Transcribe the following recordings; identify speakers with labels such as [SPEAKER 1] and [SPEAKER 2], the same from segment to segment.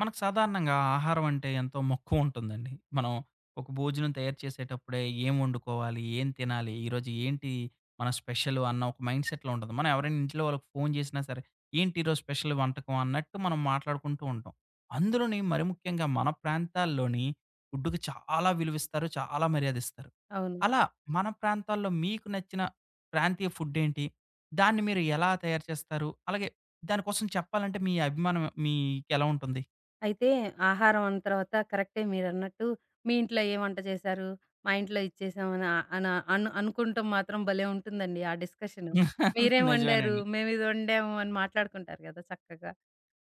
[SPEAKER 1] మనకు సాధారణంగా ఆహారం అంటే ఎంతో మక్కువ ఉంటుందండి. మనం ఒక భోజనం తయారు చేసేటప్పుడే ఏం వండుకోవాలి? ఏం తినాలి? ఈరోజు ఏంటి మన స్పెషల్ అన్న ఒక మైండ్ సెట్‌లో ఉంటది. మనం ఎవరైనా ఇంట్లో వాళ్ళకి ఫోను చేసినా సరే, ఏంటి ఈరోజు స్పెషల్ వంటకం అన్నట్టు మనం మాట్లాడుకుంటూ ఉంటాం. అందులోని మరి ముఖ్యంగా మన ప్రాంతాల్లోని ఫుడ్‌కి చాలా విలువిస్తారు. చాలా మర్యాదిస్తారు.
[SPEAKER 2] అవును.
[SPEAKER 1] అలా మన ప్రాంతాల్లో మీకు నచ్చిన ప్రాంతీయ ఫుడ్ ఏంటి? దాన్ని మీరు ఎలా తయారు చేస్తారు? అలాగే దానికోసం చెప్పాలంటే మీ అభిమానం మీకెలా ఉంటుంది?
[SPEAKER 2] అయితే ఆహారం అన్న తర్వాత కరెక్టే మీరన్నట్టు మీ ఇంట్లో ఏ వంట చేశారు? మా ఇంట్లో ఇది చేసామని అనా అను అనుకుంటం మాత్రం భలే ఉంటుందండి ఆ డిస్కషను. మీరేం వండారు?
[SPEAKER 1] నిజమేనండి.
[SPEAKER 2] మేమిది వండాము అని మాట్లాడుకుంటారు కదా చక్కగా.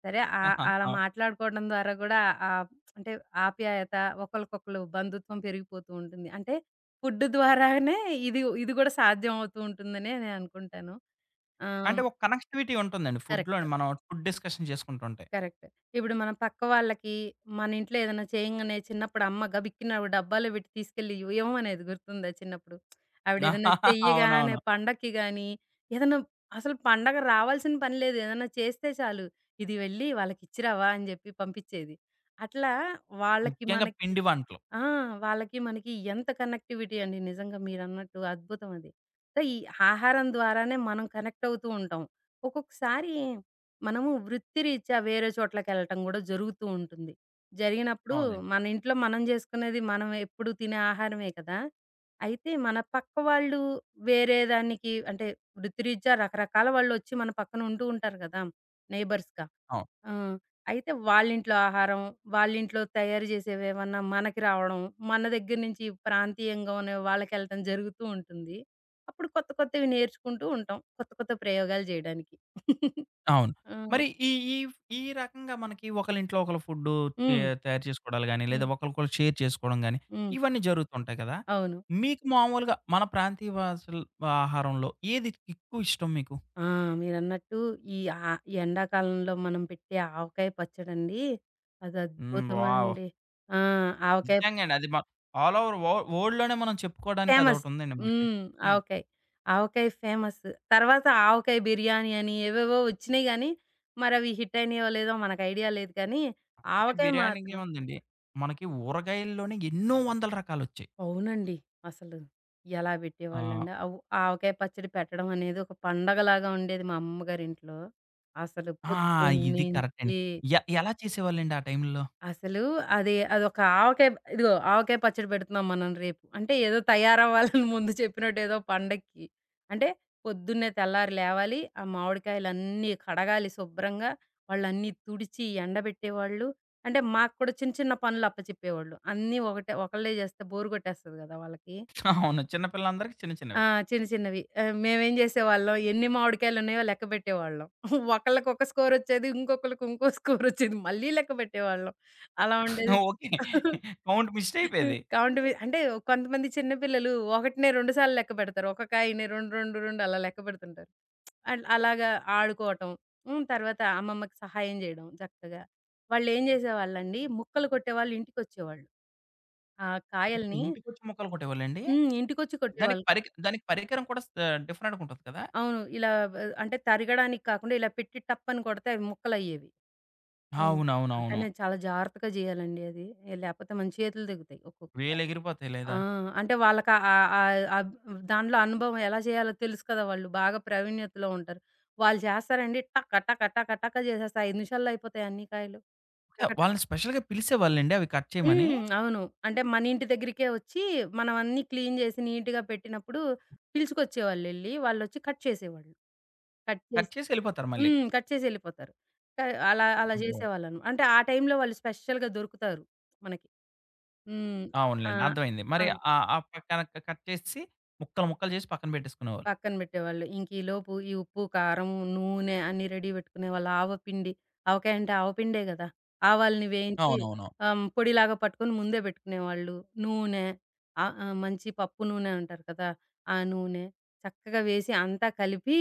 [SPEAKER 2] సరే
[SPEAKER 1] ఆహా!
[SPEAKER 2] అలా మాట్లాడుకోవడం ద్వారా గూడా ఆహ్, అంటే ఆప్యాయత, ఒకళ్ళకొకళ్ళు బంధుత్వం పెరిగిపోతూ ఉంటుంది. అంటే ఫుడ్ ద్వారానే ఇది ఇది గూడా సాధ్యం అవుతూ ఉంటుందనే నేను అనుకుంటాను. ఆహ్,
[SPEAKER 1] అంటే ఒక కనెక్టివిటీ ఉంటుందండి
[SPEAKER 2] కరెక్ట్.
[SPEAKER 1] ఫుడ్‌లోని. మనం ఫుడ్ డిస్కషన్ చేసుకుంటుంటే.
[SPEAKER 2] కరెక్ట్. ఇప్పుడు మనం పక్క వాళ్ళకి మన ఇంట్లో ఏదైనా చేయంగానే చిన్నప్పుడు అమ్మ గబిక్కిన ఆవిడ డబ్బాలో పెట్టి తీసుకెళ్ళి ఇవ్వమనేది గుర్తుందా చిన్నప్పుడు? ఆవిడేదైనా చెయ్యగానే
[SPEAKER 1] అవునవును.
[SPEAKER 2] పండక్కి గాని, ఏదైనా, అసలు పండగ రావాల్సిన పని లేదు. ఏదైనా చేస్తే చాలు. ఇది వెళ్ళి వాళ్ళకిచ్చిరావా అని జెప్పి పంపిచ్చేది. అట్లా వాళ్ళకి
[SPEAKER 1] ముఖ్యంగా
[SPEAKER 2] మనకి.
[SPEAKER 1] పిండి వంటలు.
[SPEAKER 2] ఆ! వాళ్ళకి, మనకి ఎంత కనెక్టివిటీ అండి, నిజంగా మీరన్నట్టు అద్భుతం అది. సో, ఈ ఆహారం ద్వారానే మనం కనెక్ట్ అవుతూ ఉంటాం. ఒక్కొక్కసారి మనము వృత్తిరీత్యా వేరే చోట్లకెళ్ళటం గూడా జరుగుతూ ఉంటుంది. జరిగినప్పుడు
[SPEAKER 1] అవునండి.
[SPEAKER 2] మన ఇంట్లో మనం జేసుకునేది మనం ఎప్పుడు తినే ఆహారమే కదా! అయితే మన పక్క వాళ్ళు వేరే దానికి, అంటే వృత్తిరీత్యా రకరకాల వాళ్ళొచ్చి మన పక్కన ఉంటూ ఉంటారు గదా! నైబర్స్‌గా.
[SPEAKER 1] అవును.
[SPEAKER 2] ఆ! అయితే వాళ్ళింట్లో ఆహారం, వాళ్ళింట్లో తయారు చేసేవేమన్నా మనకి రావడం, మన దగ్గర నుంచి ప్రాంతీయంగా ఉన్న వాళ్ళకెళ్ళటం జరుగుతూ ఉంటుంది. అప్పుడు కొత్త కొత్తవి నేర్చుకుంటూ ఉంటాం, కొత్త కొత్త ప్రయోగాలు చేయడానికి.
[SPEAKER 1] అవును.
[SPEAKER 2] ఆ!
[SPEAKER 1] మరి ఈ ఈ ఈ రకంగా మనకి ఒకళ్ళింట్లో ఒకళ్ళు ఫుడ్డు తే
[SPEAKER 2] హ్మ్.
[SPEAKER 1] తయారు చేసుకోవడాలు గాని, లేదా
[SPEAKER 2] హ్మ్.
[SPEAKER 1] ఒకళ్ళకొకళ్ళు షేర్ చేసుకోవడం గాని,
[SPEAKER 2] హ్మ్.
[SPEAKER 1] ఇవన్నీ జరుగుతుంటాయి కదా!
[SPEAKER 2] అవును.
[SPEAKER 1] మీకు మామూలుగా మన ప్రాంతీయ భాషల ఆహారంలో ఏది ఎక్కువ ఇష్టం మీకు?
[SPEAKER 2] ఆ! మీరన్నట్టు ఈ ఆ ఎండాకాలంలో మనం పెట్టే ఆవకాయ పచ్చడండి. అది
[SPEAKER 1] హ్మ్. వావ్!
[SPEAKER 2] అద్భుతమండి. ఆ! ఆవకాయ
[SPEAKER 1] నిజంగా అండి. అది మ ఆల్ ఓవర్ వరల్డ్‌లోనే మనం చెప్పుకోవడానికి
[SPEAKER 2] ఫేమస్.
[SPEAKER 1] అదొకటి ఉందండి మనకి.
[SPEAKER 2] హ్మ్.
[SPEAKER 1] హ్మ్.
[SPEAKER 2] ఆవకాయ. ఆవకాయ ఫేమస్. తర్వాత ఆవకాయ బిర్యానీ అని ఏవేవో వచ్చినియి గానీ, మరవి హిట్ అయినాయో లేదో మనకు ఐడియా లేదు కానీ,
[SPEAKER 1] ఓకే.
[SPEAKER 2] ఆవకాయ
[SPEAKER 1] బిర్యానీకి
[SPEAKER 2] మాత్రం
[SPEAKER 1] ఏముందండి. మనకి ఊరగాయల్లోనే ఎన్నో వందల రకాలొచ్చాయి.
[SPEAKER 2] అవునండి. అసలు ఎలా
[SPEAKER 1] ఆహ్,
[SPEAKER 2] పెట్టేవాళ్ళండి. ఆవకాయ పచ్చడి పెట్టడం అనేది ఒక పండగలాగా ఉండేది మా అమ్మగారింట్లో. అసలు
[SPEAKER 1] ఆ! ఆ, ఇది కరెక్ట్ అండి.
[SPEAKER 2] పొద్దున్నుంచి
[SPEAKER 1] ఎలా చేసేవాళ్ళండి ఆ టైంలో?
[SPEAKER 2] అసలు అదొక ఆవకాయ, ఇదిగో ఆవకాయ పచ్చడి పెడుతున్నాం మనం రేపు. అంటే ఏదో తయారవ్వాలని ముందు చెప్పినట్టు ఏదో పండక్కి. అంటే పొద్దున్నే తెల్లారి లేవాలి. ఆ మామిడికాయలన్నీ కడగాలి శుభ్రంగా. వాళ్ళన్నీ తుడిచి ఎండబెట్టేవాళ్ళు. అంటే మాకు కూడా చిన్న చిన్న పనులు అప్పచెప్పేవాళ్ళు. అన్నీ ఒకటే ఒకళ్ళే చేస్తే బోర్ కొట్టేస్తది కదా వాళ్ళకి!
[SPEAKER 1] అవును. చిన్న పిల్లలందరికీ చిన్న
[SPEAKER 2] ఆ!
[SPEAKER 1] చిన్నవి.
[SPEAKER 2] చిన్న చిన్నవి. మేమేం జేసేవాళ్ళం, ఎన్ని మామిడికాయలున్నాయో లెక్క బెట్టేవాళ్ళం. ఒకళ్ళకి ఒక స్కోరొచ్చేది. ఇంకొకళ్ళకి ఇంకో స్కోరొచ్చేది. మళ్ళీ లెక్క బెట్టేవాళ్ళం. అలా ఉండేది.
[SPEAKER 1] ఓకే. కౌంట్ మిస్ట్ అయిపోయేది.
[SPEAKER 2] కౌంట్ బి అంటే కొంతమంది చిన్న పిల్లలు ఒకటినే 2 సార్లు లెక్క బెడతారు. ఒక కాయని 2, 2, 2 అలా లెక్క బెడుతుంటారు. అలాగా ఆడుకోవటం. హ్మ్. తర్వాత అమ్మమ్మకి సహాయం జేయడం చక్కగా. వాళ్ళేం జేసేవాళ్ళండి, ముక్కలు కొట్టేవాళ్ళు ఇంటికొచ్చేవాళ్ళు. ఆ
[SPEAKER 1] ఓకే.
[SPEAKER 2] కాయల్ని.
[SPEAKER 1] ఇంటికొచ్చి ముక్కలు కొట్టేవాళ్ళండి?
[SPEAKER 2] హ్మ్. ఇంటికొచ్చి కొట్టేవాళ్ళు.
[SPEAKER 1] దానికి పరికరం కూడా డిఫరెంట్‌గా ఉంటది కదా!
[SPEAKER 2] అవును. ఇలా బ్ అంటే తరగడానికి కాకుండా ఇలా పెట్టి టప్పని కొడితే అవి ముక్కలయ్యేవి. హ్మ్. హ్మ్. కానీ
[SPEAKER 1] అవునవునవును.
[SPEAKER 2] నేను చాలా జాగ్రత్తగా జేయాలండి అది. ఏ లేపోతే మన చేతులు తెగుతాయి ఒక్కొక్క.
[SPEAKER 1] వేలెగిరిపోతాయి
[SPEAKER 2] ఆ! ఆ!
[SPEAKER 1] లేదా?
[SPEAKER 2] అంటే వాళ్ళకి ఆహ్, ఆహ్, అబ్ దానిలో అనుభవం ఎలా చేయాలో తెలుసు కదా! వాళ్ళు బాగా ప్రావీణ్యతలో ఉంటారు. వాళ్ళు చేస్తారండి, టక టక టక టక చేసేస్తారు. 5 నిమిషాల్లో అయిపోతాయి అన్ని కాయలు.
[SPEAKER 1] ఓకే.
[SPEAKER 2] టక టక.
[SPEAKER 1] వాళ్ళని స్పెషల్‌గా పిలిసేవాళ్ళండి అవి కట్ చేయమని?
[SPEAKER 2] హ్మ్. అవును. అంటే మన ఇంటి దగ్గరికే వచ్చి మనం అన్నీ క్లీన్ చేసి నీట్‌గా పెట్టినప్పుడు పిలుచుకొచ్చేవాళ్ళెళ్లి. వాళ్ళొచ్చి కట్ చేసేవాళ్ళు. కట్
[SPEAKER 1] కట్
[SPEAKER 2] చేసి.
[SPEAKER 1] చేసి ఎళ్ళిపోతారు మళ్ళీ.
[SPEAKER 2] హ్మ్. కట్ చేసి ఎళ్ళిపోతారు. క అలా అలా, హ్మ్,
[SPEAKER 1] అబ్బో!
[SPEAKER 2] జేసేవాళ్ళను. అంటే ఆ టైంలో వాళ్ళు స్పెషల్‌గా దొరుకుతారు మనకి. హ్మ్. ఆ!
[SPEAKER 1] అవునులెండి. అర్థమైంది.
[SPEAKER 2] ఆ!
[SPEAKER 1] మరి ఆ ఆ పక్కన కట్ చేసేసి ముక్కలు ముక్కలు చేసి పక్కన పెట్టేసుకునేవాళ్ళు.
[SPEAKER 2] పక్కన బెట్టేవాళ్ళు. ఇంకీలోపు ఈ ఉప్పు, కారం, నూనె అన్నీ రెడీ బెట్టుకునేవాళ్ళు. ఆవపిండి, ఆవకాయ అంటే ఆవపిండే గదా! ఆవాల్ని వేయించి
[SPEAKER 1] అవునవును.
[SPEAKER 2] పొడిలాగా పట్టుకొని ముందే బెట్టుకునేవాళ్ళు. నూనె, ఆహ్, ఆహ్, మంచి పప్పు నూనె అంటారు కదా! ఆ నూనె చక్కగా వేసి అంతా కలిపి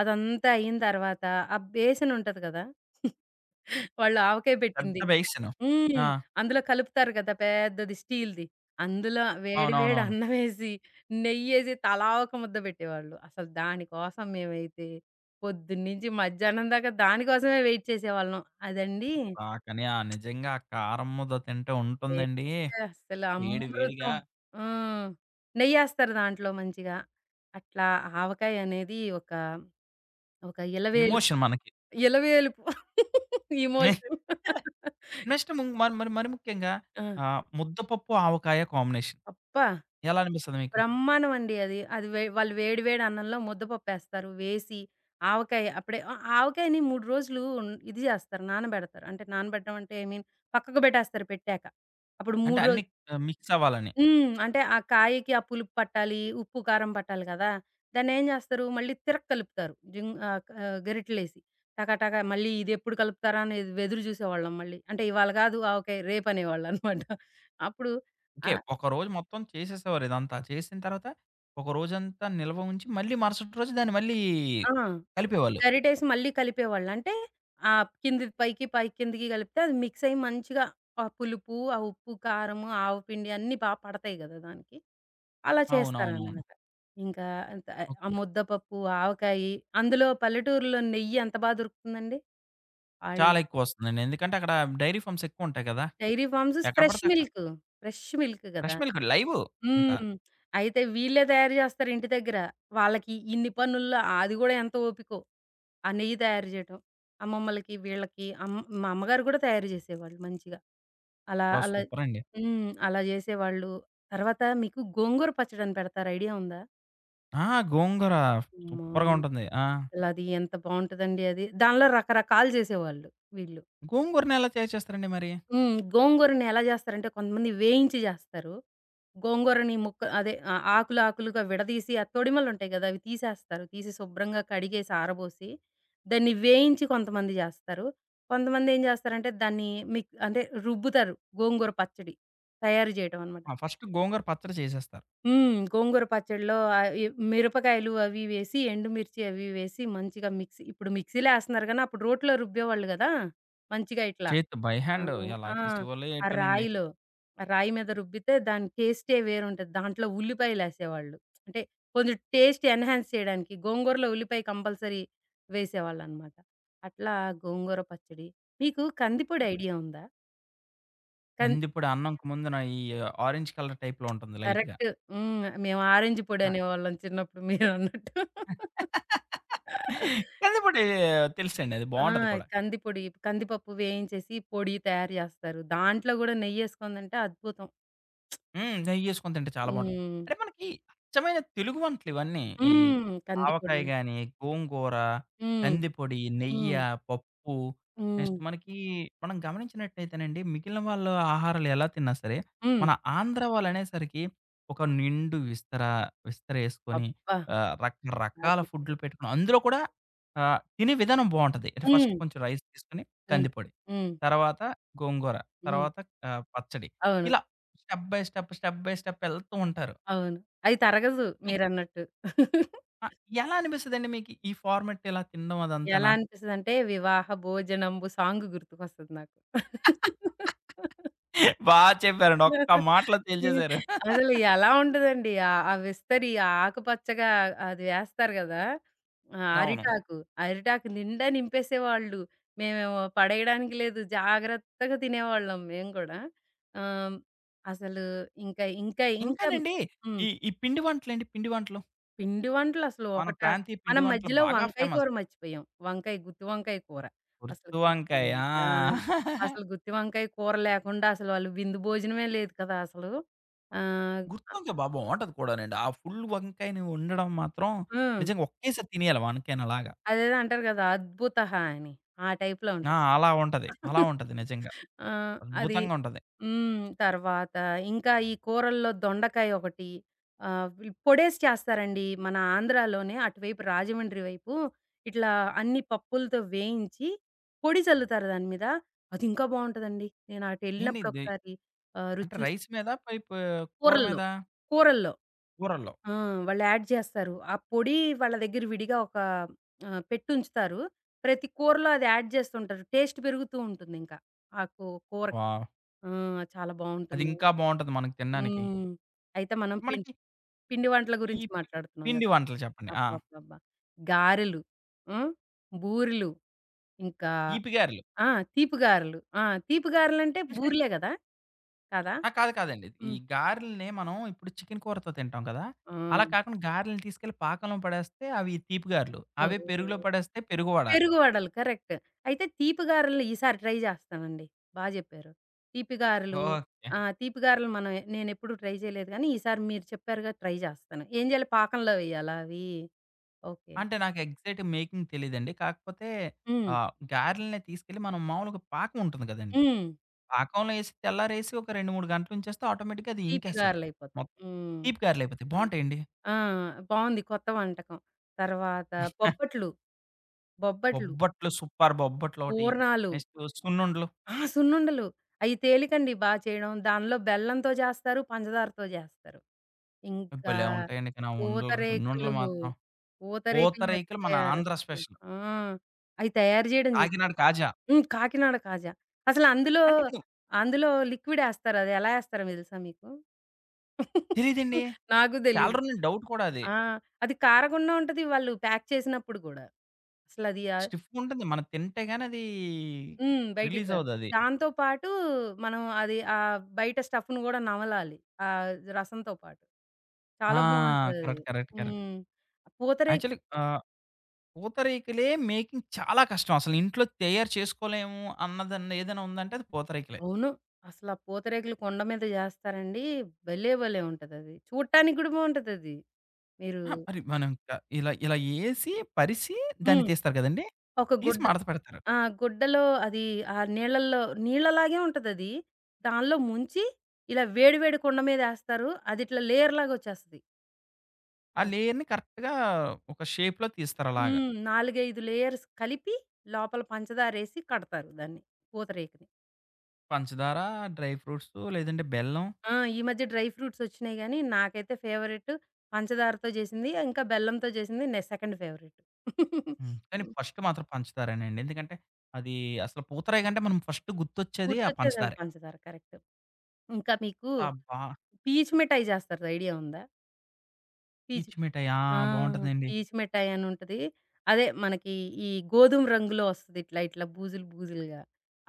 [SPEAKER 2] అదంతా అయిన తర్వాత ఆ బేసనుంటది కదా! వాళ్ళు ఆవకాయ
[SPEAKER 1] పెద్ద
[SPEAKER 2] పెట్టింది.
[SPEAKER 1] బేసిను.
[SPEAKER 2] హ్మ్.
[SPEAKER 1] ఆ!
[SPEAKER 2] అందులో కలుపుతారు గదా! పెద్దది స్టీల్‌ది. అందులో వేడి వేడి
[SPEAKER 1] అవునవునవును.
[SPEAKER 2] అన్నమేసి, నెయ్యేసి తలా ఒక ముద్ద పెట్టేవాళ్ళు. అసలు దాని కోసం మేమైతే పొద్దున్నుంచి మధ్యాహ్నం దాకా దానికోసమే వెయిట్ చేసేవాళ్ళం. అదండి
[SPEAKER 1] ఆ! కానీ ఆ నిజంగా ఆ కారం ముద్ద తింటే ఉంటుందండి.
[SPEAKER 2] టేస్టే అస్సలు
[SPEAKER 1] వేడి వేడిగా
[SPEAKER 2] అమృతం. ఆ! నెయ్యేస్తారు దాంట్లో మంచిగా. అట్లా ఆవకాయ అనేది ఒక ఇలవేలుపు,
[SPEAKER 1] ఎమోషన్ మనకి.
[SPEAKER 2] ఇలవేలుపు ఎమోషన్.
[SPEAKER 1] నెక్స్ట్ ముం మరి మరి మరి ముఖ్యంగా
[SPEAKER 2] ఆ!
[SPEAKER 1] ఆహ్, ముద్దపప్పు, ఆవకాయ కాంబినేషన్
[SPEAKER 2] అబ్బా!
[SPEAKER 1] ఎలా అనిపిస్తది మీకు?
[SPEAKER 2] బ్రహ్మాండం అండి అది. అది వాళ్ళు వేడి వేడి అన్నంలో ముద్దపప్పేస్తారు. వేసి ఆవకాయ అప్పుడే ఆ ఆవకాయని 3 రోజులు ఇది జేస్తారు నానబెడతారు. అంటే నానబెట్టడం అంటే ఐ మీన్ పక్కకు బెట్టేస్తారు పెట్టాక. అప్పుడు
[SPEAKER 1] అంటే
[SPEAKER 2] 3
[SPEAKER 1] అన్నీ
[SPEAKER 2] రోజులు.
[SPEAKER 1] ఆహ్, మిక్స్ అవ్వాలని.
[SPEAKER 2] హ్మ్. అంటే ఆ కాయకి ఆ పులుపు పట్టాలి, ఉప్పు, కారం పట్టాలి గదా! దాన్నేం జేస్తారు, మళ్ళీ తిరగ కలుపుతారు. జింగ్, గరిటెలేసి. టక టక మళ్ళీ ఇదెప్పుడు కలుపుతారా అనేది ఎదురు జూసేవాళ్ళం మళ్ళీ. అంటే ఇవాళ గాదు ఆవకాయ రేపనేవాళ్ళనమాట. అప్పుడు. ఆ!
[SPEAKER 1] ఓకే. ఒకరోజు మొత్తం చేసేసేవారు ఇదంతా. చేసిన తర్వాత ఒక రోజంతా నిల్వ ఉంచి మళ్ళీ మరుసటి రోజు దాన్ని మళ్ళీ
[SPEAKER 2] ఆ!
[SPEAKER 1] కలిపేవాళ్ళు.
[SPEAKER 2] గరిటేసి మళ్ళీ కలిపేవాళ్ళు. అంటే కిందిది పైకి, పైకి కిందికి కలిపితే అది మిక్స్ అయ్యి మంచిగా ఆ పులుపు, ఆ ఉప్పు, కారము, ఆవపిండి అన్నీ బా పడతాయి గదా దానికి! అలా
[SPEAKER 1] అవునవునవును.
[SPEAKER 2] చేస్తారనమాట. ఇంకా అంత
[SPEAKER 1] ఓకే.
[SPEAKER 2] ఆ ముద్దపప్పు, ఆవకాయి, అందులో పల్లెటూరులో నెయ్యి ఎంత బా దొరుకుతుందండి. ఆళ్ళు
[SPEAKER 1] చాలా ఎక్కువొస్తుందండి. ఎందుకంటే అక్కడ డైరీ ఫార్మ్స్ ఎక్కువుంటాయి కదా!
[SPEAKER 2] డైరీ ఫార్మ్స్,
[SPEAKER 1] ఎక్కడ
[SPEAKER 2] ఫ్రెష్
[SPEAKER 1] పడితే అక్కడ
[SPEAKER 2] మిల్క్. ఫ్రెష్ మిల్క్ గదా!
[SPEAKER 1] ఫ్రెష్ మిల్క్ లైవు ఇంకా.
[SPEAKER 2] హ్మ్. అయితే వీళ్ళే తయారు జేస్తారు ఇంటి దగ్గర. వాళ్ళకి ఇన్ని పనుల్లో అది గూడా ఎంత ఓపికో. ఆ నెయ్యి తయారు జేయటం. అమ్మమ్మలకి, వీళ్ళకి, మా అమ్మగారు గూడా తయారు జేసేవాళ్ళు మంచిగా. అలా
[SPEAKER 1] అబ్బా!
[SPEAKER 2] అలా,
[SPEAKER 1] సూపరండి.
[SPEAKER 2] హ్మ్, అలా జేసేవాళ్ళు. తర్వాత మీకు గోంగూర పచ్చడని పెడతారు, ఐడియా ఉందా?
[SPEAKER 1] ఆ! గోంగూర
[SPEAKER 2] అమ్మా!
[SPEAKER 1] సూపర్‌గా ఉంటుంది. ఆ!
[SPEAKER 2] అసలది ఎంత బావుంటదండి అది. దానిలో రకరకాలు జేసేవాళ్ళు వీళ్ళు.
[SPEAKER 1] గోంగూరని ఎలా తయారు చేస్తారండి మరి?
[SPEAKER 2] హ్మ్. గోంగూరని ఎలా జేస్తారంటే, కొంతమంది వేయించి జేస్తారు. గోంగూరని ఆకులు ఆకులుగా విడదీసి ఆ తొడిమలుంటాయి గదా! అవి తీసేస్తారు. తీసి శుభ్రంగా కడిగేసి ఆరబోసి, దాన్ని వేయించి కొంతమంది జేస్తారు. కొంతమంది ఏం జేస్తారంటే దాన్ని అంటే రుబ్బుతారు, గోంగూర పచ్చడి తయారు జేయటం అనమాట.
[SPEAKER 1] ఆ! ఫస్ట్ గోంగూర పచ్చడి చేసేస్తారు.
[SPEAKER 2] హ్మ్. గోంగూర పచ్చడిలో ఈ మిరపకాయలు అవి వేసి, ఎండుమిర్చి అవి వేసి మంచిగా మిక్సీ, ఇప్పుడు మిక్సీలో ఏస్తున్నారు గానీ అప్పుడు రోట్లో రుబ్బేవాళ్ళు గదా! మంచిగా ఇట్లా.
[SPEAKER 1] చేత్తో బై హ్యాండ్
[SPEAKER 2] అవును.
[SPEAKER 1] ఎలా
[SPEAKER 2] ఆ!
[SPEAKER 1] చేసేవాళ్ళో
[SPEAKER 2] ఆ
[SPEAKER 1] ఏటోనండి.
[SPEAKER 2] రాయిలో, ఆ రాయి మీద రుబ్బితే దాని టేస్టే వేరుంటది. దాంట్లో ఉల్లిపాయలేసేవాళ్ళు. అంటే కొంచెం టేస్ట్ ఎన్‌హాన్స్ చేయడానికి. గోంగూరలో ఉల్లిపాయ కంపల్సరీ వేసేవాళ్ళనమాట. అట్లా గోంగూర పచ్చడి. మీకు కందిపొడి ఐడియా ఉందా? కన్
[SPEAKER 1] కందిపొడి అన్నంకి ముందున ఈ ఆరెంజ్ కలర్ టైప్‌లో ఉంటుంది లైట్‌గా.
[SPEAKER 2] కరెక్ట్. హ్మ్. మేము ఆరెంజ్
[SPEAKER 1] ఆ!
[SPEAKER 2] పొడనేవాళ్ళం చిన్నప్పుడు మీరన్నట్టు.
[SPEAKER 1] కందిపొడి తెలుసండి అది
[SPEAKER 2] ఆ!
[SPEAKER 1] బావుంటది కూడా.
[SPEAKER 2] కందిపొడి, కందిపప్పు వేయించేసి పొడి తయారు జేస్తారు. దాంట్లో గూడా నెయ్యేసుకొని తింటే అద్భుతం.
[SPEAKER 1] హ్మ్. నెయ్యేసుకొని తింటే చాలా బావుంటది.
[SPEAKER 2] హ్మ్.
[SPEAKER 1] అంటే మనకి అచ్చమైన తెలుగు వంటలు ఇవన్నీ. ఈ
[SPEAKER 2] హ్మ్. కందిపొడి.
[SPEAKER 1] ఆవకాయ గాని, గోంగూర,
[SPEAKER 2] హ్మ్.
[SPEAKER 1] కందిపొడి, నెయ్య,
[SPEAKER 2] హ్మ్.
[SPEAKER 1] పప్పు
[SPEAKER 2] హ్మ్.
[SPEAKER 1] నెక్స్ట్ మనకి మనం గమనించినట్టయితేనండి మిగిలిన వాళ్ళ ఆహారాలు ఎలా తిన్నా సరే,
[SPEAKER 2] హ్మ్.
[SPEAKER 1] మన ఆంధ్ర వాళ్ళనేసరికి ఒక నిండు విస్తర విస్తరేసుకొని
[SPEAKER 2] అబ్బా!
[SPEAKER 1] ఆహ్,
[SPEAKER 2] బా
[SPEAKER 1] రకరకాల
[SPEAKER 2] చెప్పారు.
[SPEAKER 1] ఫుడ్‌లు పెట్టుకొని అందులో కూడా ఆహ్, తినే విధానం బావుంటది. అంటే ఫస్ట్
[SPEAKER 2] హ్మ్.
[SPEAKER 1] కొంచెం రైస్ తీసుకొని
[SPEAKER 2] హ్మ్.
[SPEAKER 1] కందిపొడి,
[SPEAKER 2] హ్మ్.
[SPEAKER 1] తర్వాత గోంగూర,
[SPEAKER 2] హ్మ్.
[SPEAKER 1] తర్వాత ఆహ్, పచ్చడి.
[SPEAKER 2] అవును.
[SPEAKER 1] ఇలా step by step, step by step ఎళ్తూ ఉంటారు.
[SPEAKER 2] అవును. అది తరగదు
[SPEAKER 1] మీకు
[SPEAKER 2] మీరన్నట్టు.
[SPEAKER 1] ఆ! ఎలా అనిపిస్తదండి మీకు ఈ ఫార్మాట్ ఇలా తినడం
[SPEAKER 2] ఎలా
[SPEAKER 1] అదంతానా?
[SPEAKER 2] అనిపిస్తదంటే 'వివాహ భోజనంబు' సాంగ్ గుర్తుకొస్తది నాకు.
[SPEAKER 1] బా చెప్పారండి. ఒక్క మాటలో
[SPEAKER 2] ఈ
[SPEAKER 1] తేల్చేసారు.
[SPEAKER 2] అసలు ఎలా ఉంటదండి. ఆ ఆ విస్తరి ఆ ఆకుపచ్చగా అది వేస్తారు గదా! ఆ
[SPEAKER 1] అవును.
[SPEAKER 2] అరిటాకు, అరిటాకు నిండా నింపేసేవాళ్ళు. మేమేమో పడేయడానికి లేదు. జాగ్రత్తగా తినేవాళ్ళం మేము కూడా. ఆహ్, అసలు ఇంకా ఇంకా ఇంకా.
[SPEAKER 1] ఇంకానండి
[SPEAKER 2] హ్మ్.
[SPEAKER 1] ఈ ఈ పిండి వంటలండి పిండి వంటలు.
[SPEAKER 2] పిండి వంటలసలు
[SPEAKER 1] మన
[SPEAKER 2] ఒకటా!
[SPEAKER 1] ప్రాంతీయ పిండి
[SPEAKER 2] మనం
[SPEAKER 1] వంటలు
[SPEAKER 2] మధ్యలో
[SPEAKER 1] బాగా
[SPEAKER 2] వంకాయ కూర
[SPEAKER 1] ఫేమస్.
[SPEAKER 2] మర్చిపోయాం. వంకాయ గుత్తి వంకాయ కూర. అసలు
[SPEAKER 1] గుర్తు
[SPEAKER 2] గుత్తి
[SPEAKER 1] వంకాయ. ఆ!
[SPEAKER 2] వంకాయ, అసలు గుత్తి వంకాయ కూర లేకుండా అసలు వాళ్ళు విందు భోజనమే లేదు కదా అసలు! ఆహ్,
[SPEAKER 1] గుర్తు
[SPEAKER 2] ఆ!
[SPEAKER 1] వంకాయ బావుంటది కూడానండి. ఆ ఫుల్ వంకాయని వండడం మాత్రం
[SPEAKER 2] హ్మ్.
[SPEAKER 1] నిజంగా ఒకేసారి తినేయాలి వంకాయని అలాగా.
[SPEAKER 2] అదేదో అంటారు గదా! అద్భుతః అని. ఆ టైప్‌లో
[SPEAKER 1] ఆ!
[SPEAKER 2] ఉంటది.
[SPEAKER 1] అలా ఉంటది. అలా ఉంటది నిజంగా.
[SPEAKER 2] ఆ! అది.
[SPEAKER 1] అద్భుతంగా ఉంటది.
[SPEAKER 2] హ్మ్. తర్వాత ఇంకా ఈ కూరల్లో దొండకాయ ఒకటి. వీళ్ళు పొడేసి చేస్తారండి. మన ఆంధ్రాలోనే అటువైపు రాజమండ్రి వైపు ఇట్లా అన్ని పప్పులతో వేయించి పొడి చల్లుతారు దాని మీద. అది ఇంకా బావుంటదండి. నేను
[SPEAKER 1] ఏండి
[SPEAKER 2] అటెళ్ళినప్పుడు
[SPEAKER 1] ఇది
[SPEAKER 2] ఒకసారి రుచి
[SPEAKER 1] అంటే
[SPEAKER 2] చూసి
[SPEAKER 1] రైస్ మీద పై ప కూర
[SPEAKER 2] కూరల్లో.
[SPEAKER 1] మీద?
[SPEAKER 2] కూరల్లో.
[SPEAKER 1] కూరల్లో.
[SPEAKER 2] ఆ! వాళ్ళు యాడ్ చేస్తారు. ఆ పొడి వాళ్ళ దగ్గర విడిగా ఒక పెట్టుంచుతారు. ప్రతి కూరలో అది యాడ్ చేస్తుంటారు. టేస్ట్ పెరుగుతూ ఉంటుందింకా ఆ కూ కూరకి.
[SPEAKER 1] వావ్!
[SPEAKER 2] ఆ! చాలా బావుంటుంది.
[SPEAKER 1] అదింకా బావుంటది మనకి తినడానికి.
[SPEAKER 2] హ్మ్. అయితే మనం
[SPEAKER 1] మనకి
[SPEAKER 2] పిండి వంటల
[SPEAKER 1] ఈ
[SPEAKER 2] గురించి
[SPEAKER 1] పి-
[SPEAKER 2] మాట్లాడుతున్నాం
[SPEAKER 1] పిండి
[SPEAKER 2] గదా!
[SPEAKER 1] వంటలు చెప్పండి. ఆ!
[SPEAKER 2] అబ్బబ్బబ్బా! గారెలు, హ్మ్, బూరెలు, ఇంకా,
[SPEAKER 1] ఈపి గారెలు.
[SPEAKER 2] ఆ! తీపి గారెలు. ఆ! తీపి గారెలంటే బూరెలే గదా, కాదా?
[SPEAKER 1] ఆ! కాదు కాదండి. ఈ
[SPEAKER 2] హ్మ్.
[SPEAKER 1] గారెల్ని మనం ఇప్పుడు చికెను కూరతో తింటాం కదా!
[SPEAKER 2] ఆ!
[SPEAKER 1] అలా కాకుండా గారెలను తీసుకెళ్ళి పాకంలో పడేస్తే అవి తీపి గారెలు. అవే
[SPEAKER 2] ఓహో!
[SPEAKER 1] పెరుగులో పడేస్తే పెరుగు వడ.
[SPEAKER 2] పెరుగు వడలు. కరెక్ట్. అయితే తీపి గారెలు ఈసారి ట్రై జేస్తామండి. బా జెప్పారు. తీపి గారెలు.
[SPEAKER 1] ఓకే.
[SPEAKER 2] ఆ! తీపి గారెలు మనం, నేనెప్పుడు ట్రై చేయలేదు గానీ, ఈసారి మీరు చెప్పారుగా ట్రై జేస్తాను. ఏం జేయాలి, పాకంలో వెయ్యాలా అవి? ఓకే.
[SPEAKER 1] అంటే నాకు ఎగ్జాక్ట్ మేకింగ్ తెలీదండి. కాకపోతే
[SPEAKER 2] హ్మ్.
[SPEAKER 1] ఆహ్, గారెల్ని తీసుకెళ్ళి మనం మామూలుగా పాకం ఉంటుంది కదండీ!
[SPEAKER 2] హ్మ్.
[SPEAKER 1] పాకంలో ఏసి తెల్లారేసి ఒక 2, 3 గంటలుంచేస్తే ఆటోమేటిక్‌గా అది
[SPEAKER 2] తీపి
[SPEAKER 1] ఇంకేస్తది.
[SPEAKER 2] గారెలయిపోతాయి.
[SPEAKER 1] మొత్తం
[SPEAKER 2] హ్మ్.
[SPEAKER 1] తీపి గారెలయిపోతాయి.
[SPEAKER 2] ఆ!
[SPEAKER 1] బావుంటాయండి.
[SPEAKER 2] ఆ! బావుంది కొత్త వంటకం. తర్వాత బొబ్బట్లు, బొబ్బట్లు,
[SPEAKER 1] బొబ్బట్లు సూపర్ బొబ్బట్లొకటి.
[SPEAKER 2] పూర్ణాలు,
[SPEAKER 1] నెక్స్ట్ సున్నుండలు.
[SPEAKER 2] ఆ! సున్నుండలు. అయి తేలికండి బా చేయడం. దానిలో బెల్లంతో జేస్తారు, పంచదారతో జేస్తారు. ఇంకా
[SPEAKER 1] భలే ఉంటాయండి. కానీ ఆ ఉండలు
[SPEAKER 2] పూతరేకులు,
[SPEAKER 1] సున్నుండలు మాత్రం.
[SPEAKER 2] పూతరేకులు
[SPEAKER 1] పూతరేకులు మన ఆంధ్ర
[SPEAKER 2] మర్చిపోయారసలు.
[SPEAKER 1] స్పెషల్.
[SPEAKER 2] ఆ! అయి తయారు జేయడం జూసారా?
[SPEAKER 1] కాకినాడ కాజా.
[SPEAKER 2] హ్మ్. కాకినాడ కాజా. అసలు అందులో,
[SPEAKER 1] అంటే ఇక్కడ
[SPEAKER 2] అందులో లిక్విడ్ ఏస్తారు. అది ఎలా ఏస్తారో తెలుసా మీకు?
[SPEAKER 1] తెలీదండి.
[SPEAKER 2] నాకు
[SPEAKER 1] చాలా
[SPEAKER 2] తెలీదు.
[SPEAKER 1] రోజుల నుంచి డౌట్ కూడా అది.
[SPEAKER 2] ఆ! అది కారగుండా ఉంటది వాళ్ళు ప్యాక్ చేసినప్పుడు గూడా. అసలది ఆ,
[SPEAKER 1] స్టిఫ్‌గుంటది. మనం తింటే గాని అది
[SPEAKER 2] హ్మ్, బయటికి
[SPEAKER 1] రిలీజ్
[SPEAKER 2] రాదు.
[SPEAKER 1] అవ్వదది.
[SPEAKER 2] దాంతో పాటు మనం అది బయట స్టఫ్‌ని గూడా నమలాలి, ఆహ్, రసంతో పాటు. చాలా
[SPEAKER 1] ఆ!
[SPEAKER 2] బావుంటదది.
[SPEAKER 1] కరెక్ట్. కరెక్ట్. కరెక్ట్.
[SPEAKER 2] హ్మ్. పూతరేకు.
[SPEAKER 1] యాక్చువల్లీ ఆ! పూతరేకులే మేకింగ్ చాలా కష్టం. అసలు ఇంట్లో తయారు చేసుకోలేము అన్నదన్న ఏదైనా ఉందంటే అది పూతరేకులే.
[SPEAKER 2] అవును. అసల పూతరేకులు కొండ మీద జేస్తారండి. భలే! భలే! ఉంటదది. చూడటానికి గూడా బావుంటదది. మీరు.
[SPEAKER 1] అహా! మరి మనం ఇంకా ఇలా ఇలా ఏసి, పరిసి దాన్ని
[SPEAKER 2] హ్మ్.
[SPEAKER 1] తీస్తారు కదండీ!
[SPEAKER 2] ఒక
[SPEAKER 1] తీసి
[SPEAKER 2] గుడ్డ,
[SPEAKER 1] మడత పెడతారు.
[SPEAKER 2] ఆ! గుడ్డలో అది, ఆ నీళ్ళల్లో నీళ్ళలాగే ఉంటదది. దానిలో ముంచి ఇలా వేడి వేడి కుండ మీదేస్తారు. అదిట్లా లేయర్ లాగొచ్చేస్తది.
[SPEAKER 1] ఆ లేయర్‌ని కరెక్ట్‌గా ఒక షేప్‌లో తీస్తారు అలాగా.
[SPEAKER 2] హ్మ్. 4, 5 లేయర్స్ కలిపి లోపల పంచదారేసి కడతారు దాన్ని, పూతరేకుని.
[SPEAKER 1] పంచదార, డ్రై ఫ్రూట్సు లేదంటే బెల్లం.
[SPEAKER 2] ఆ! ఈ మధ్య డ్రై ఫ్రూట్స్ ఒచ్చినాయి గానీ, నాకైతే ఫేవరెట్ పంచదారతో చేసింది. ఇంకా బెల్లంతో చేసింది నే సెకండ్ ఫేవరెట్.
[SPEAKER 1] హ్మ్. కానీ
[SPEAKER 2] హ్మ్.
[SPEAKER 1] ఫస్ట్ మాత్రం పంచదారేనండి. ఎందుకంటే అది అసలు పూతరేకంటే మనం ఫస్ట్ గుర్తొచ్చేది ఆ
[SPEAKER 2] గుర్తొచ్చేది అది
[SPEAKER 1] పంచదారే.
[SPEAKER 2] పంచదార, కరెక్ట్. ఇంకా మీకు
[SPEAKER 1] అబ్బా!
[SPEAKER 2] పీచు మిఠాయి చేస్తారు, ఐడియా ఉందా? పీచు.
[SPEAKER 1] పీచు మిఠాయి. ఆ!
[SPEAKER 2] ఆ!
[SPEAKER 1] బావుంటదండి.
[SPEAKER 2] పీచు మిఠాయి అని ఉంటది. అదే మనకి ఈ గోధుమ రంగులో వస్తది. ఇట్లా, ఇట్లా బూజులు బూజులుగా.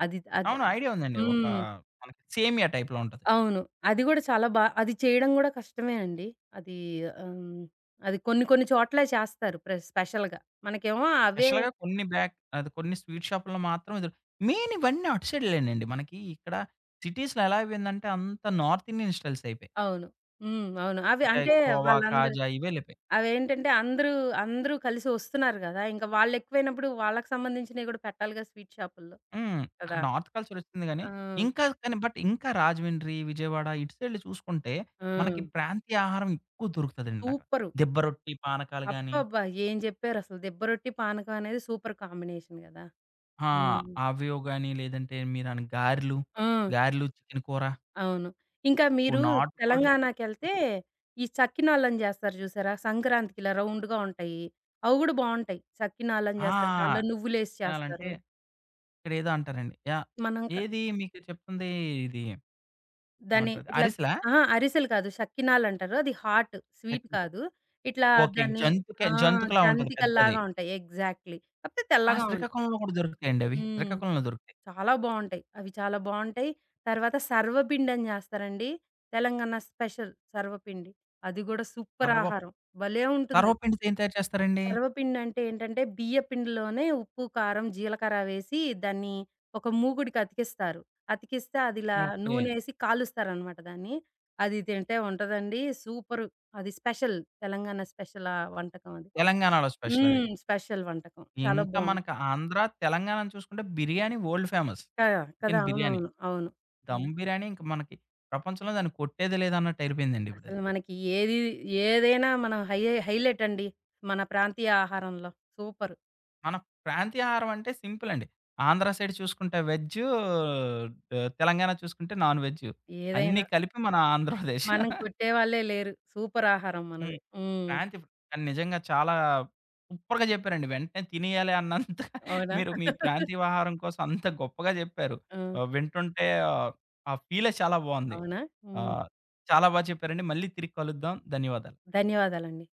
[SPEAKER 2] అది అద్
[SPEAKER 1] అవును. ఐడియా ఉందండి. ఒక
[SPEAKER 2] హ్మ్.
[SPEAKER 1] మనకి సేమియా టైప్‌లో ఉంటది.
[SPEAKER 2] అవును. అది గూడా చాలా బా, అది చేయడం గూడా కష్టమే అండి. అది హ్మ్. అది కొన్ని కొన్ని చోట్ల చేస్తారు ప్ర స్పెషల్‌గా. మనకేమో అవే,
[SPEAKER 1] స్పెషల్‌గా కొన్ని బ్యాక్ అది కొన్ని స్వీట్ షాపుల్లో మాత్రం ఇది మెయిన్ ఇవన్నీ అటు సైడ్‌లేనండి. మనకి ఇక్కడ సిటీస్‌లో ఎలా అయిపోయిందంటే అంత నార్త్ ఇండియన్ స్టైల్స్ అయిపోయాయి.
[SPEAKER 2] అవును. హ్మ్. అవును. అవి
[SPEAKER 1] అంటే
[SPEAKER 2] అంటే
[SPEAKER 1] కోవా,
[SPEAKER 2] వాళ్ళందరూ,
[SPEAKER 1] కాజా ఇవే వెళ్ళిపోయాయి.
[SPEAKER 2] అవేంటంటే అందరూ, అందరూ కలిసి ఒస్తున్నారు గదా! ఇంకా వాళ్ళెక్కువైనప్పుడు వాళ్ళకి సంబంధించినయి గూడా పెట్టాలిగా స్వీట్ షాపుల్లో
[SPEAKER 1] హ్మ్. అక్కడ
[SPEAKER 2] కదా!
[SPEAKER 1] నార్త్ కల్చర్ వచ్చింది గానీ,
[SPEAKER 2] ఆ!
[SPEAKER 1] ఇంకా కానీ బట్ ఇంకా రాజమండ్రి, విజయవాడ ఇటు సైడ్‌లు చూసుకుంటే
[SPEAKER 2] ఆ!
[SPEAKER 1] మనకి ప్రాంతీయ ఆహారం ఎక్కువ దొరుకుతదండి అక్కడ.
[SPEAKER 2] సూపరు.
[SPEAKER 1] దిబ్బ రొట్టి, పానకాలు గాని
[SPEAKER 2] అబ్బబ్బా! ఏం జెప్పారసలు, దిబ్బ రొట్టి, పానకం అనేది సూపర్ కాంబినేషన్ గదా!
[SPEAKER 1] ఆ!
[SPEAKER 2] హ్మ్.
[SPEAKER 1] అవో గాని లేదంటే మీరన్న గారెలు,
[SPEAKER 2] ఆ!
[SPEAKER 1] గారెలు, చికెన్ కూర,
[SPEAKER 2] అవును. ఇంకా
[SPEAKER 1] ఓ
[SPEAKER 2] మీరు
[SPEAKER 1] నాటుకోడి
[SPEAKER 2] తెలంగాణకెళ్తే, ఈ సకినాలని జేస్తారు జూసారా? సంక్రాంతికి ఇలా రౌండ్‌గా ఉంటాయి. అవి గూడా బావుంటాయి. సకినాలని జేస్తారు. దాంట్లో
[SPEAKER 1] ఆ!
[SPEAKER 2] నువ్వులేసి
[SPEAKER 1] తినాలంటే
[SPEAKER 2] చేస్తారు.
[SPEAKER 1] ఇక్కడేదో అంటారండి. యాహ్!
[SPEAKER 2] మనం క
[SPEAKER 1] ఏది మీకు చెప్తుంది ఇది
[SPEAKER 2] దాన్ని
[SPEAKER 1] ఏమంటారు అది
[SPEAKER 2] ఇట్లా.
[SPEAKER 1] అరిసెలా?
[SPEAKER 2] అహా! అరిసెలు కాదు. షక్కినాలంటారు. అది హాట్ స్వీట్
[SPEAKER 1] చట్నీ.
[SPEAKER 2] కాదు. ఇట్లా
[SPEAKER 1] ఓకే.
[SPEAKER 2] దాన్ని.
[SPEAKER 1] జంతుకే
[SPEAKER 2] ఆ!
[SPEAKER 1] జంతుకులా ఉంటది పెద్దది.
[SPEAKER 2] జంతికల్లాగా ఉంటాయి, ఎగ్జాక్ట్‌లీ. కాపోతే
[SPEAKER 1] ఆ!
[SPEAKER 2] తెల్లగా ఉంటాయి.
[SPEAKER 1] శ్రీకాకుళంలో కూడా దొరుకుతాయండి అవి.
[SPEAKER 2] హ్మ్.
[SPEAKER 1] శ్రీకాకుళంలో దొరుకుతాయి.
[SPEAKER 2] చాలా బావుంటాయి. అవి చాలా బావుంటాయి. తర్వాత సర్వపిండని జేస్తారండి. తెలంగాణ స్పెషల్ సర్వపిండి. అది గూడా సూపర్
[SPEAKER 1] సర్వ
[SPEAKER 2] ఆహారం. భలే ఉంటుందది.
[SPEAKER 1] సర్వపిండితో ఏం తయారు చేస్తారండి?
[SPEAKER 2] సర్వపిండంటే ఏంటంటే, బియ్య పిండిలోనే ఉప్పు, కారం, జీలకర్ర వేసి దాన్ని ఒక మూకుడికి అతికిస్తారు. అతికిస్తే అదిలా
[SPEAKER 1] ఓకే.
[SPEAKER 2] నూనేసి కాలుస్తారనమాట దాన్ని. అది తింటే ఉంటదండి సూపరు. అది స్పెషల్. తెలంగాణ స్పెషల్ ఆ వంటకం అది.
[SPEAKER 1] తెలంగాణలో స్పెషల్ అది.
[SPEAKER 2] హ్మ్. స్పెషల్ వంటకం. చాలా
[SPEAKER 1] ఇంకా
[SPEAKER 2] బావుంది.
[SPEAKER 1] మనకి ఆంధ్ర, తెలంగాణని చూసుకుంటే బిర్యానీ వరల్డ్ ఫేమస్.
[SPEAKER 2] కదా! కదా!
[SPEAKER 1] చికెన్ బిర్యానీ.
[SPEAKER 2] అవునవును. అవును. అవును.
[SPEAKER 1] దమ్ బిర్యానీ ఇంక మనకి ప్రపంచంలో దాన్ని కొట్టేదే లేదన్నట్టు అయిపోయిందండి ఇప్పుడది.
[SPEAKER 2] అసలు మనకి ఏది, ఏదైనా మనం హైలైట్ అండి మన ప్రాంతీయ ఆహారంలో. సూపర్.
[SPEAKER 1] మన ప్రాంతీయ ఆహారం అంటే సింపుల్ అండి. ఆంధ్ర సైడ్ చూసుకుంటే వెజ్జు, ఆహ్, తెలంగాణ చూసుకుంటే నాన్ వెజ్జు.
[SPEAKER 2] ఏదైనా.
[SPEAKER 1] అన్నీ కలిపి మన ఆంధ్రప్రదేశ్.
[SPEAKER 2] మనం కొట్టేవాళ్ళే లేరు. సూపర్ ఆహారం మనది.
[SPEAKER 1] హ్మ్.
[SPEAKER 2] హ్మ్.
[SPEAKER 1] ప్రాంతీయ కానీ నిజంగా చాలా సూపర్‌గా చెప్పారండి. వెంటనే తినేయాలి అన్నంత
[SPEAKER 2] అవునా?
[SPEAKER 1] మీరు మీ ప్రాంతీయ ఆహారం కోసం అంత గొప్పగా చెప్పారు.
[SPEAKER 2] ఆ!
[SPEAKER 1] ఆహ్, వింటుంటే ఆహ్, ఆ ఫీలే చాలా బావుంది.
[SPEAKER 2] అవునా? హ్మ్.
[SPEAKER 1] ఆహ్, చాలా బా చెప్పారండి. మళ్ళీ తిరిగి కలుద్దాం. ధన్యవాదాలు.
[SPEAKER 2] ధన్యవాదాలండి.